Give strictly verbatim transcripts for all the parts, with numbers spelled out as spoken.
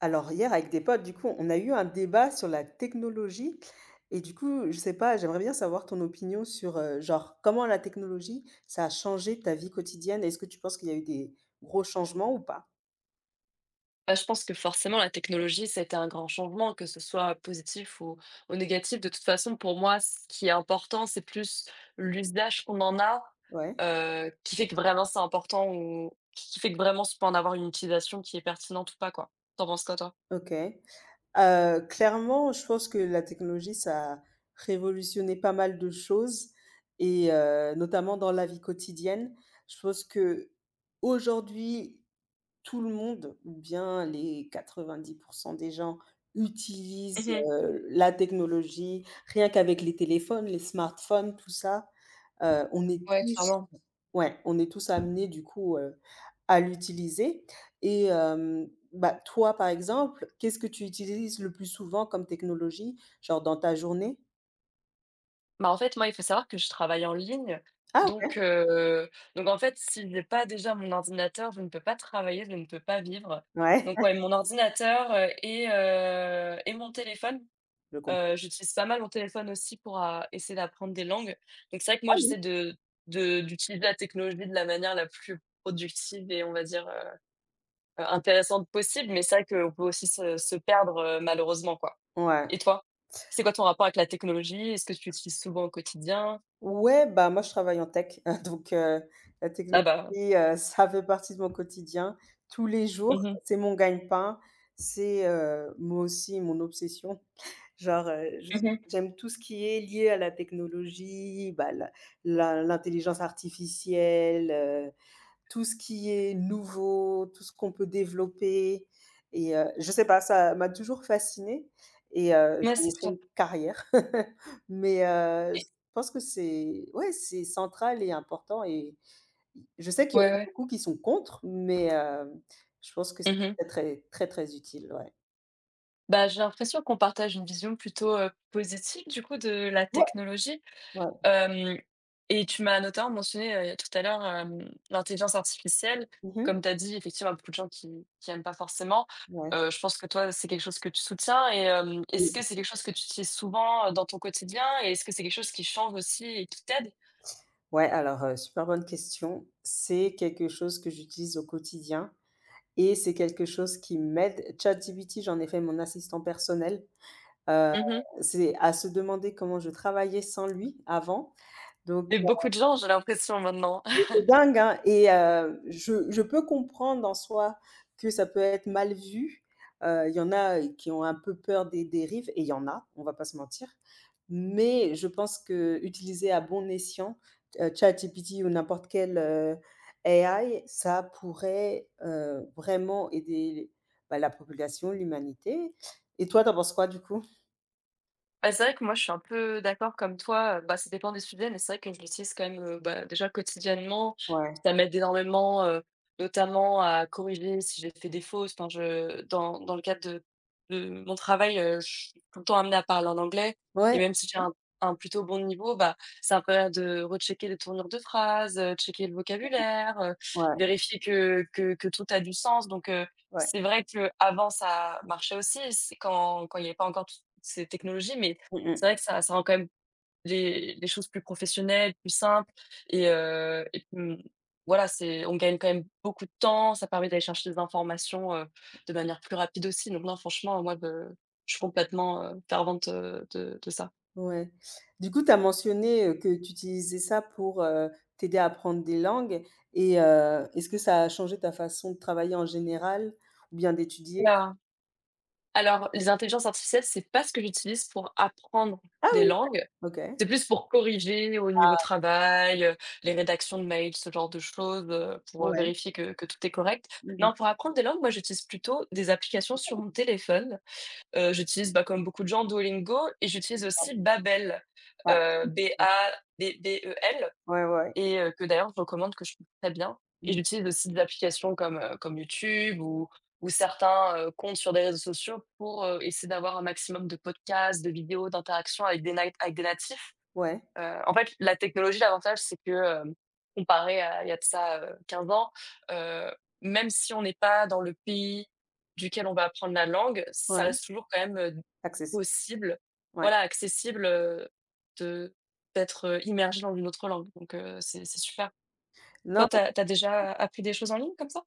Alors hier avec des potes, du coup, on a eu un débat sur la technologie et du coup, je sais pas, j'aimerais bien savoir ton opinion sur, heu, genre, comment la technologie, ça a changé ta vie quotidienne? Est-ce que tu penses qu'il y a eu des gros changements ou pas? Bah, je pense que forcément la technologie, ça a été un grand changement, que ce soit positif ou, ou négatif. De toute façon, pour moi, ce qui est important, c'est plus l'usage qu'on en a, Ouais, euh, qui fait que vraiment c'est important ou qui fait que vraiment on peut en avoir une utilisation qui est pertinente ou pas, quoi. T'en penses quoi, toi? OK. Heu, clairement, je pense que la technologie, ça a révolutionné pas mal de choses et heu, notamment dans la vie quotidienne. Je pense que aujourd'hui, tout le monde, ou bien les quatre-vingt-dix pour cent des gens utilisent, Mhm. heu, la technologie, rien qu'avec les téléphones, les smartphones, tout ça, heu, on est Ouais, tous, clairement. ouais, on est tous amenés du coup, heu, à l'utiliser et hem, bah, toi, par exemple, qu'est-ce que tu utilises le plus souvent comme technologie, genre dans ta journée? Bah, en fait, moi, il faut savoir que je travaille en ligne. Ah, OK, Donc, heu, donc en fait, si j'ai pas déjà mon ordinateur, je ne peux pas travailler, je ne peux pas vivre. ouais, Donc ouais, mon ordinateur, heu et heu et mon téléphone. je comprends, Heu, j'utilise pas mal mon téléphone aussi pour, heu, essayer d'apprendre des langues. Donc c'est vrai que moi, oui. j'essaie de de d'utiliser la technologie de la manière la plus productive et on va dire, heu, intéressante possible. Mais c'est vrai qu'on peut aussi se se perdre, heu, malheureusement, quoi. Ouais. Et toi? C'est quoi ton rapport avec la technologie? Est-ce que tu l'utilises souvent au quotidien? Ouais, bah, moi je travaille en tech, donc heu, la technologie, Ah bah, heu, ça fait partie de mon quotidien. Tous les jours, mmh mh. c'est mon gagne-pain, c'est, heu, moi aussi mon obsession. Genre, heu, je Mmh mh. j'aime tout ce qui est lié à la technologie, bah, la la l'intelligence artificielle, euh, tout ce qui est nouveau, tout ce qu'on peut développer et heu, je sais pas, ça m'a toujours fascinée et heu, Ouais, j'en ai c'est fait sûr. une carrière. Mais heu, je Et pense que c'est, ouais, c'est central et important et je sais qu'il y Ouais, en a ouais. beaucoup qui sont contre, mais heu, je pense que Mmh mh. c'est très, très, très utile, ouais. Bah, j'ai l'impression qu'on partage une vision plutôt, heu, positive du coup de la Ouais, technologie. ouais. Hem et tu m'as notamment mentionné, heu, tout à l'heure, hem, l'intelligence artificielle. Mmh. Comme tu as dit, effectivement, il y a beaucoup de gens qui qui aiment pas forcément. Ouais. Heu, je pense que toi, c'est quelque chose que tu soutiens et hem, est-ce que Oui. c'est quelque chose que tu utilises souvent, heu, dans ton quotidien et est-ce que c'est quelque chose qui change aussi et qui t'aide? Ouais, alors, heu, super bonne question. C'est quelque chose que j'utilise au quotidien. Et c'est quelque chose qui m'aide. ChatGPT, j'en ai fait mon assistant personnel. Heu, Mmh mh c'est à se demander comment je travaillais sans lui avant. Donc et beaucoup de gens, j'ai l'impression maintenant. mais c'est dingue, hein et heu, je je peux comprendre en soi que ça peut être mal vu. Heu, il y en a, qui ont un peu peur des dérives et il y en a, on va pas se mentir. Mais je pense que utiliser à bon escient, heu, ChatGPT ou n'importe quelle, heu, A I, ça pourrait, heu, vraiment aider, bah, la population, l'humanité. Et toi, t'en penses quoi du coup? Bah, c'est vrai que moi, je suis un peu d'accord comme toi, heu, bah, ça dépend des sujets, mais c'est vrai que je l'utilise quand même, heu, bah, déjà quotidiennement. Ouais. Ça m'aide énormément, heu, notamment à corriger si j'ai fait des fautes. Enfin, je dans dans le cadre de de mon travail, heu, je suis tout le temps amenée à parler en anglais Ouais, et même si j'ai un un plutôt bon niveau, bah, ça me permet de rechecker les tournures de phrases, heu, checker le vocabulaire, heu, ouais, vérifier que que que tout a du sens donc heu, ouais. c'est vrai que avant ça marchait aussi, c'est quand quand il n'y avait pas encore ces technologies, mais Mmh. c'est vrai que ça ça rend quand même les les choses plus professionnelles, plus simples et heu et mmh, voilà, c'est on gagne quand même beaucoup de temps, ça permet d'aller chercher des informations, heu, de manière plus rapide aussi, donc non, franchement, moi, de je suis complètement, heu, fervente, heu, de de ça. Ouais. Du coup, tu as mentionné, heu, que tu utilisais ça pour, heu, t'aider à apprendre des langues et heu, est-ce que ça a changé ta façon de travailler en général ou bien d'étudier? Oula! Alors, les intelligences artificielles, c'est pas ce que j'utilise pour apprendre Ah, des oui! langues. OK. C'est plus pour corriger au niveau travail, heu, les rédactions de mails, ce genre de choses, heu, pour, heu, Ouais. vérifier que que tout est correct. Mmh mh. Non, pour apprendre des langues, moi, j'utilise plutôt des applications sur mon téléphone. Heu, j'utilise, bah, comme beaucoup de gens, Duolingo et j'utilise aussi Babel, heu, B A B B E L Ouais, ouais, ouais. et heu, que d'ailleurs je recommande, que je trouve très bien et Mmh. j'utilise aussi des applications comme, heu, comme YouTube ou ou certains, heu, comptes sur des réseaux sociaux pour, heu, essayer d'avoir un maximum de podcasts, de vidéos, d'interactions avec des nat avec des natifs. Ouais, Heu, en fait, la technologie, l'avantage, c'est que, hem, comparé à il y a de ça, heu, quinze ans, heu, même si on n'est pas dans le pays duquel on va apprendre la langue, ça ouais. reste toujours quand même, heu, Accessible. possible, Ouais. voilà, accessible, heu, de d'être, heu, immergé dans une autre langue, donc heu, c'est c'est super. Non. Toi, tu as déjà appris des choses en ligne comme ça?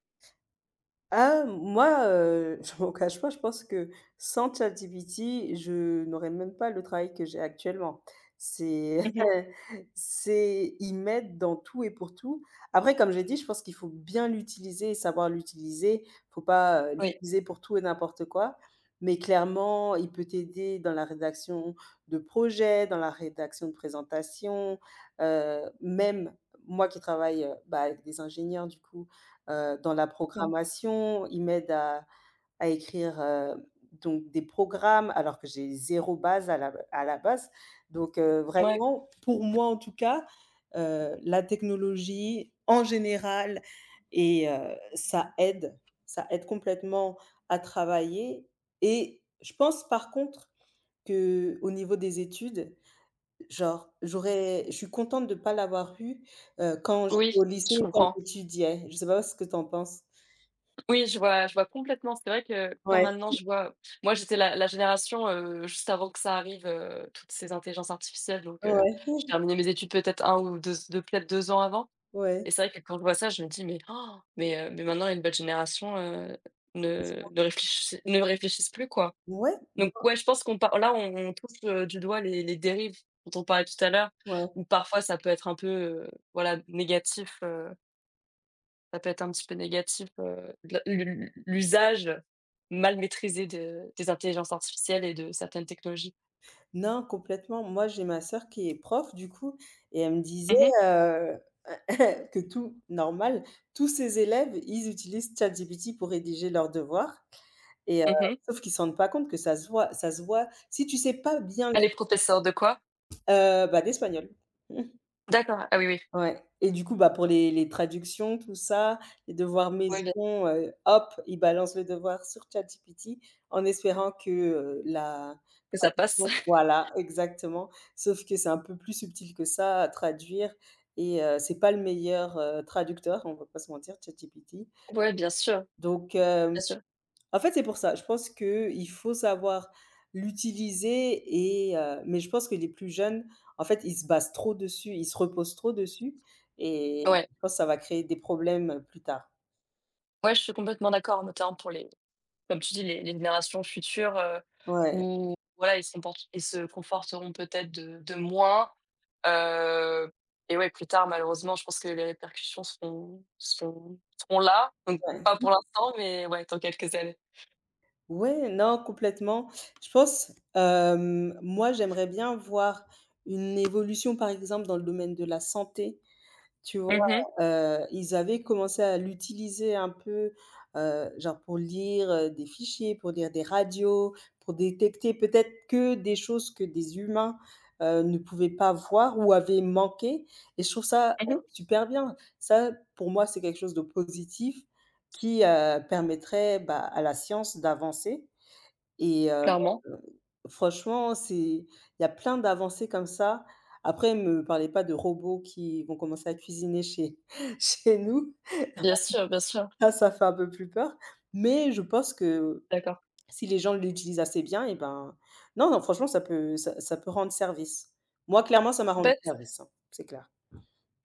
Ah, moi, heu, je m'en cache pas, je pense que sans ChatGPT, je n'aurais même pas le travail que j'ai actuellement. C'est Mmh c'est ils m'aident dans tout et pour tout. Après, comme j'ai dit, je pense qu'il faut bien l'utiliser et savoir l'utiliser. Faut pas, heu, Oui. l'utiliser pour tout et n'importe quoi. Mais clairement, il peut t'aider dans la rédaction de projets, dans la rédaction de présentations, heu, même moi qui travaille, heu, bah, avec des ingénieurs du coup, heu, dans la Mmh. programmation, il m'aide à à écrire, heu, donc des programmes alors que j'ai zéro base à la à la base. Donc heu, Ouais, vraiment, pour moi en tout cas, heu, la technologie en général et heu, ça aide, ça aide complètement à travailler et je pense par contre que au niveau des études, genre j'aurais je suis contente de ne pas l'avoir eu, heu, quand j'étais oui, au lycée je et quand comprends. j'étudiais. Je sais pas ce que tu en penses? Oui, je vois je vois complètement. C'est vrai que quand Ouais, maintenant je vois moi j'étais la la génération, heu, juste avant que ça arrive, heu, toutes ces intelligences artificielles donc heu, ouais, j'ai terminé mes études peut-être un ou deux 2 peut-être deux ans avant ouais. et c'est vrai que quand je vois ça, je me dis: «Mais oh, mais heu, mais maintenant une nouvelles génération heu, ne ne réfléchissent ne réfléchissent plus, quoi». Ouais, non, Donc ouais, je pense qu'on par là, on on touche, heu, du doigt les les dérives dont on parlait tout à l'heure, ouais. où parfois ça peut être un peu, heu, voilà négatif, heu ça peut être un petit peu négatif, heu, de l'u l'u l'usage mal maîtrisé de des intelligences artificielles et de certaines technologies. Non, complètement. Moi, j'ai ma sœur qui est prof, du coup, et elle me disait, Mmh mh. heu, que tout normal, tous ses élèves, ils utilisent ChatGPT pour rédiger leurs devoirs et heu, Mmh sauf qu'ils ne se rendent pas compte que ça se voit, ça se voit. Si tu sais pas bien, Elle est professeure de quoi? heu, bah, d'espagnol. D'accord, ah oui, oui. Ouais et du coup, bah, pour les les traductions, tout ça, les devoirs Oui, bien sûr maison, heu, hop, ils balancent le devoir sur ChatGPT en espérant que, heu, la que ça passe. traduction voilà, exactement. Sauf que c'est un peu plus subtil que ça à traduire et heu, c'est pas le meilleur, heu, traducteur, on va pas se mentir, ChatGPT. Ouais, bien sûr, Donc bien hem sûr. en fait, c'est pour ça. Je pense qu'il faut savoir l'utiliser et heu, mais je pense que les plus jeunes, en fait, ils se basent trop dessus, ils se reposent trop dessus et Ouais. je pense que ça va créer des problèmes plus tard. Ouais, je suis complètement d'accord, notamment pour les Comme tu dis, les les générations futures, heu, Ouais, où voilà, ils se comportent ils se conforteront peut-être de de moins, heu et ouais, plus tard, malheureusement, je pense que les répercussions seront seront seront là, donc pas ouais. pour l'instant, mais ouais, dans quelques années. Ouais, non, complètement. Je pense, hem, moi, j'aimerais bien voir une évolution, par exemple, dans le domaine de la santé. Tu vois? Mmh mh. Heu, ils avaient commencé à l'utiliser un peu, heu, genre pour lire, heu, des fichiers, pour lire des radios, pour détecter peut-être que des choses que des humains, heu, ne pouvaient pas voir ou avaient manqué et je trouve ça, heu, Mmh super bien. Ça, pour moi, c'est quelque chose de positif qui, heu, permettrait, bah, à la science d'avancer et heu, Clairement. franchement, c'est il y a plein d'avancées comme ça. Après, me parlez pas de robots qui vont commencer à cuisiner chez chez nous. Bien sûr, bien sûr. ça ça fait un peu plus peur. Mais je pense que D'accord. si les gens l'utilisent assez bien et ben non, non, franchement, ça peut ça ça peut rendre service. Moi, clairement, ça m'a En rendu fait, service, hein, c'est clair.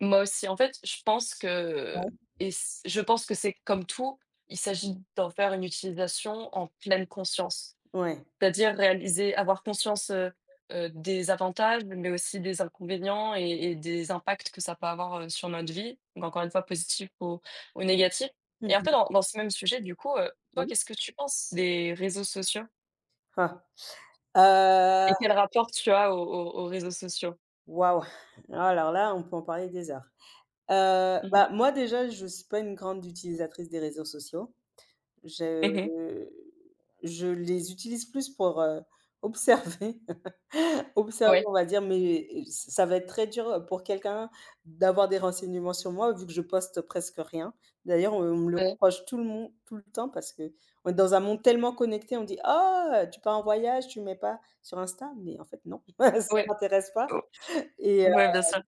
moi aussi, en fait, je pense que Ouais. et c je pense que c'est comme tout, il s'agit d'en faire une utilisation en pleine conscience. Ouais. C'est-à-dire réaliser avoir conscience, heu heu, des avantages, mais aussi des inconvénients et et des impacts que ça peut avoir, heu, sur notre vie, donc encore une fois positif ou ou négatif et Mmh un peu mh. dans dans ce même sujet du coup, heu, toi Oui. qu'est-ce que tu penses des réseaux sociaux? Ah. Heu, Et quel rapport tu as aux aux aux réseaux sociaux? waouh! Alors là, on peut en parler des heures. Heu, Mmh mh. bah, moi déjà, je suis pas une grande utilisatrice des réseaux sociaux. Je Mmh, je les utilise plus pour, heu, observer observer, ouais, on va dire, mais ça va être très dur, pour quelqu'un d'avoir des renseignements sur moi, vu que je poste presque rien. D'ailleurs, on me le ouais, reproche tout le monde tout le temps parce que on est dans un monde tellement connecté, on dit: «Ah, tu pars en voyage, tu mets pas sur Insta?» mais en fait non, ça ouais, m'intéresse pas o et heu, ouais, bien sûr.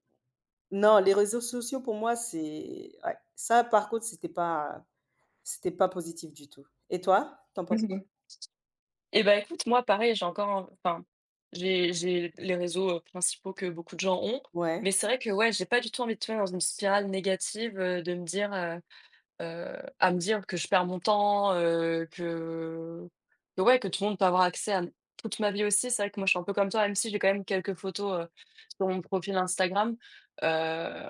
non, les réseaux sociaux pour moi, c'est ouais, ça par contre, c'était pas c'était pas positif du tout et toi, tu penses. Et ben écoute, moi, pareil, j'ai encore un enfin, j'ai j'ai les réseaux, heu, principaux que beaucoup de gens ont, Ouais, mais c'est vrai que, ouais, j'ai pas du tout envie de tomber dans une spirale négative, heu, de me dire, heu heu, à me dire que je perds mon temps, heu, que que, ouais, que tout le monde peut avoir accès à toute ma vie aussi. C'est vrai que moi, je suis un peu comme toi, même si j'ai quand même quelques photos, heu, sur mon profil Instagram, heu,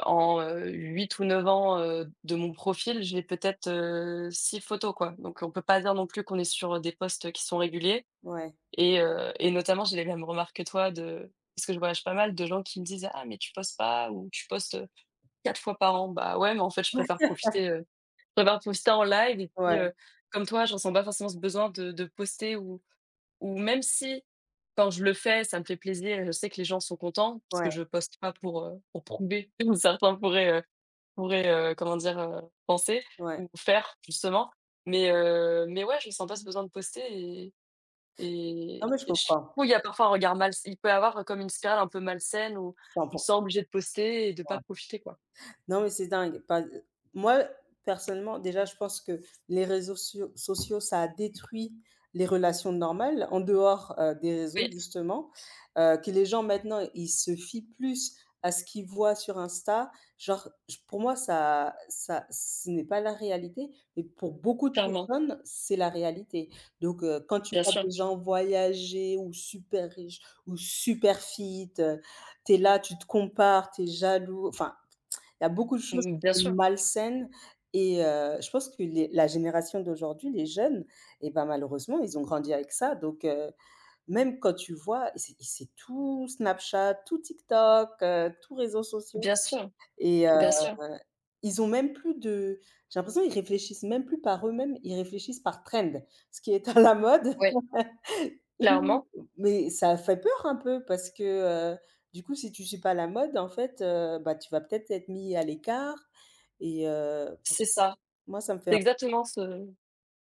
en, heu, huit ou neuf ans, heu, de mon profil, j'ai peut-être, heu, six photos, quoi, donc on peut pas dire non plus qu'on est sur, des posts qui sont réguliers. ouais, Et heu et notamment, j'ai les mêmes remarques que toi de parce que je voyage pas mal de gens qui me disent: «Ah mais tu postes pas ou tu postes, heu, quatre fois par an». Bah ouais, mais en fait, je préfère profiter, heu, je préfère poster en live et puis, ouais, heu, comme toi, je ressens pas forcément ce besoin de de poster ou ou même si quand je le fais, ça me fait plaisir et je sais que les gens sont contents parce ouais, que je poste pas pour, heu, pour prouver comme certains pourraient, heu, pourraient, heu, comment dire, heu, penser ouais. ou faire justement. Mais heu, mais ouais, je ressens pas ce besoin de poster et Non mais je je comprends, trouve il y a parfois un regard mal il peut y avoir comme une spirale un peu malsaine où cent tu te pour cent. sens obligé de poster et de pas profiter, quoi. Non, mais c'est dingue. Pas moi, personnellement, déjà, je pense que les réseaux socio sociaux, ça a détruit les relations normales, en dehors, heu, des réseaux, Oui, justement. Heu, que les gens, maintenant, ils se fient plus à ce qu'ils voient sur Insta. Genre, j pour moi, ça ça ce n'est pas la réalité, mais pour beaucoup de clairement, personnes, c'est la réalité. Donc, heu, quand tu bien vois sûr. des gens voyager ou super riches ou super fit, heu, tu es là, tu te compares, tu es jaloux. Enfin il y a beaucoup de choses qui Mmh, bien sont sûr, malsaines et heu, je pense que les la génération d'aujourd'hui, les jeunes et ben, malheureusement, ils ont grandi avec ça donc heu, même quand tu vois et c'est c'est tout Snapchat, tout TikTok, heu, tout réseaux sociaux bien sûr, et heu, bien sûr. ils ont même plus de j'ai l'impression ils réfléchissent même plus par eux-mêmes, ils réfléchissent par trend. Ce qui est à la mode. Ouais, Mmh, clairement, mais ça fait peur un peu parce que, heu, du coup, si tu suis pas la mode, en fait, heu, bah, tu vas peut-être être mis à l'écart et heu, c'est ça. moi, ça me fait C'est un exactement ce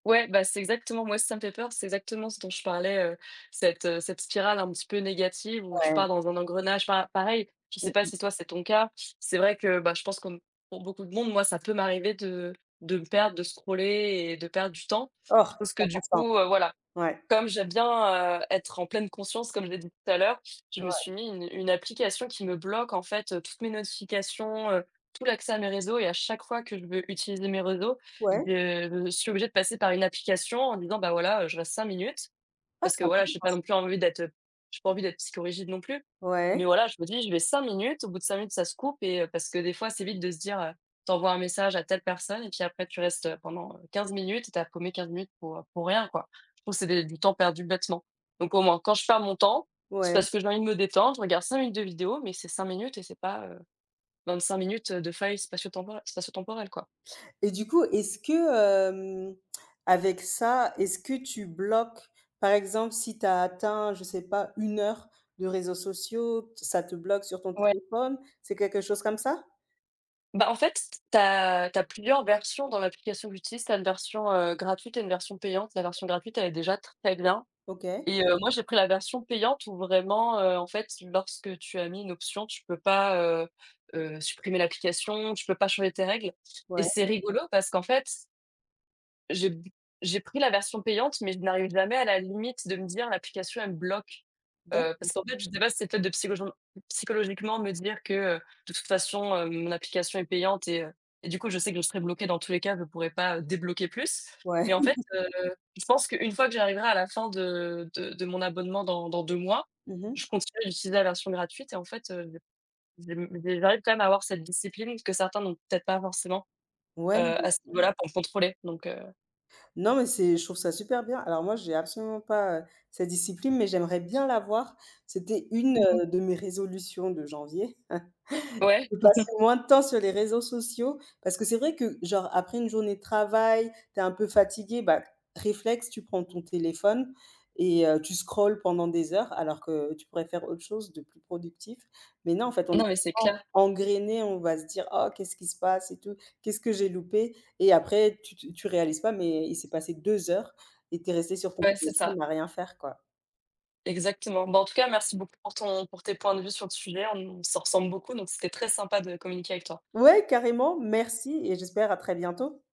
Ouais, bah, c'est exactement moi, si ça me fait peur, c'est exactement ce dont je parlais, heu, cette, heu, cette spirale un petit peu négative où tu ouais, pars dans un engrenage. Pa pareil, je sais pas mmh, si toi c'est ton cas, c'est vrai que, bah, je pense que pour beaucoup de monde, moi ça peut m'arriver de de me perdre, de scroller et de perdre du temps. oh, Je pense que du cent. coup, heu, voilà Ouais, comme j'aime bien, heu, être en pleine conscience, comme je l'ai dit tout à l'heure, je me ouais, suis mis une une application qui me bloque, en fait, heu, toutes mes notifications, heu, tout l'accès à mes réseaux et à chaque fois que je veux utiliser mes réseaux, ouais. je je suis obligée de passer par une application en disant: «Bah, voilà, heu, je reste cinq minutes». Ah, Parce c'est que voilà, j'ai intéressant pas ça. non plus envie d'être, heu, j'ai pas envie d'être psychorigide non plus. Ouais, Mais voilà, je me dis: «Je vais cinq minutes», au bout de cinq minutes ça se coupe et heu, parce que des fois c'est vite de se dire, heu, tu un message à telle personne et puis après tu restes, heu, pendant, heu, quinze minutes et t'as as paumé quinze minutes pour, heu, pour rien quoi. Je trouve que c'est des du temps perdu bêtement. Donc au moins, quand je perds mon temps, c'est ouais parce que j'ai envie de me détendre, je regarde cinq minutes de vidéo, mais c'est cinq minutes et c'est pas, euh, vingt-cinq minutes, euh, de faille spatio-temporel spatio-temporelle quoi. et du coup, est-ce que, hem, avec ça, est-ce que tu bloques, par exemple, si tu as atteint, je sais pas, une heure de réseaux sociaux, ça te bloque sur ton Ouais, téléphone? C'est quelque chose comme ça? bah, en fait, tu as plusieurs versions dans l'application que j'utilise. Tu as une version, heu, gratuite et une version payante. La version gratuite, elle est déjà très bien OK. et heu, moi, j'ai pris la version payante où vraiment, heu, en fait, lorsque tu as mis une option, tu peux pas, heu heu, supprimer l'application, tu peux pas changer tes règles et Ouais. c'est rigolo parce qu'en fait j'ai b j'ai pris la version payante, mais je n'arrive jamais à la limite de me dire: «L'application, elle me bloque». D'ac Heu, parce qu'en fait, je sais pas si c'est peut-être de psychogen psychologiquement me dire que, heu, de toute façon, heu, mon application est payante et heu et du coup, je sais que je serai bloquée dans tous les cas, je pourrais pas, heu, débloquer plus. Mais ouais. en fait, heu, je pense qu'une fois que j'arriverai à la fin de de de mon abonnement dans dans deux mois, Mmh. je continuerai d'utiliser la version gratuite et en fait, heu, je m j'arrive quand même à avoir cette discipline que certains n'ont peut-être pas forcément, heu, Ouais. à ce niveau-là pour me contrôler donc heu, Non, mais c'est je trouve ça super bien. Alors moi, j'ai absolument pas, heu, cette discipline, mais j'aimerais bien l'avoir. C'était une, Mmh heu, de mes résolutions de janvier. ouais. De passer moins de temps sur les réseaux sociaux, parce que c'est vrai que, genre, après une journée de travail, tu es un peu fatigué, bah, réflexe, tu prends ton téléphone et heu, tu scrolles pendant des heures alors que tu pourrais faire autre chose de plus productif. Mais non, en fait, on est Non, mais c'est tellement clair. engrainé, on va se dire: «Oh, qu'est-ce qui se passe et tout? Qu'est-ce que j'ai loupé?» et après tu tu tu réalises pas, mais il s'est passé deux heures et tu es resté sur ton Ouais, c'est ça, téléphone à rien faire, quoi. exactement. Bon en tout cas, merci beaucoup pour ton pour tes points de vue sur le sujet. On s'en ressemble beaucoup, donc c'était très sympa de communiquer avec toi. Ouais, carrément, merci et j'espère à très bientôt.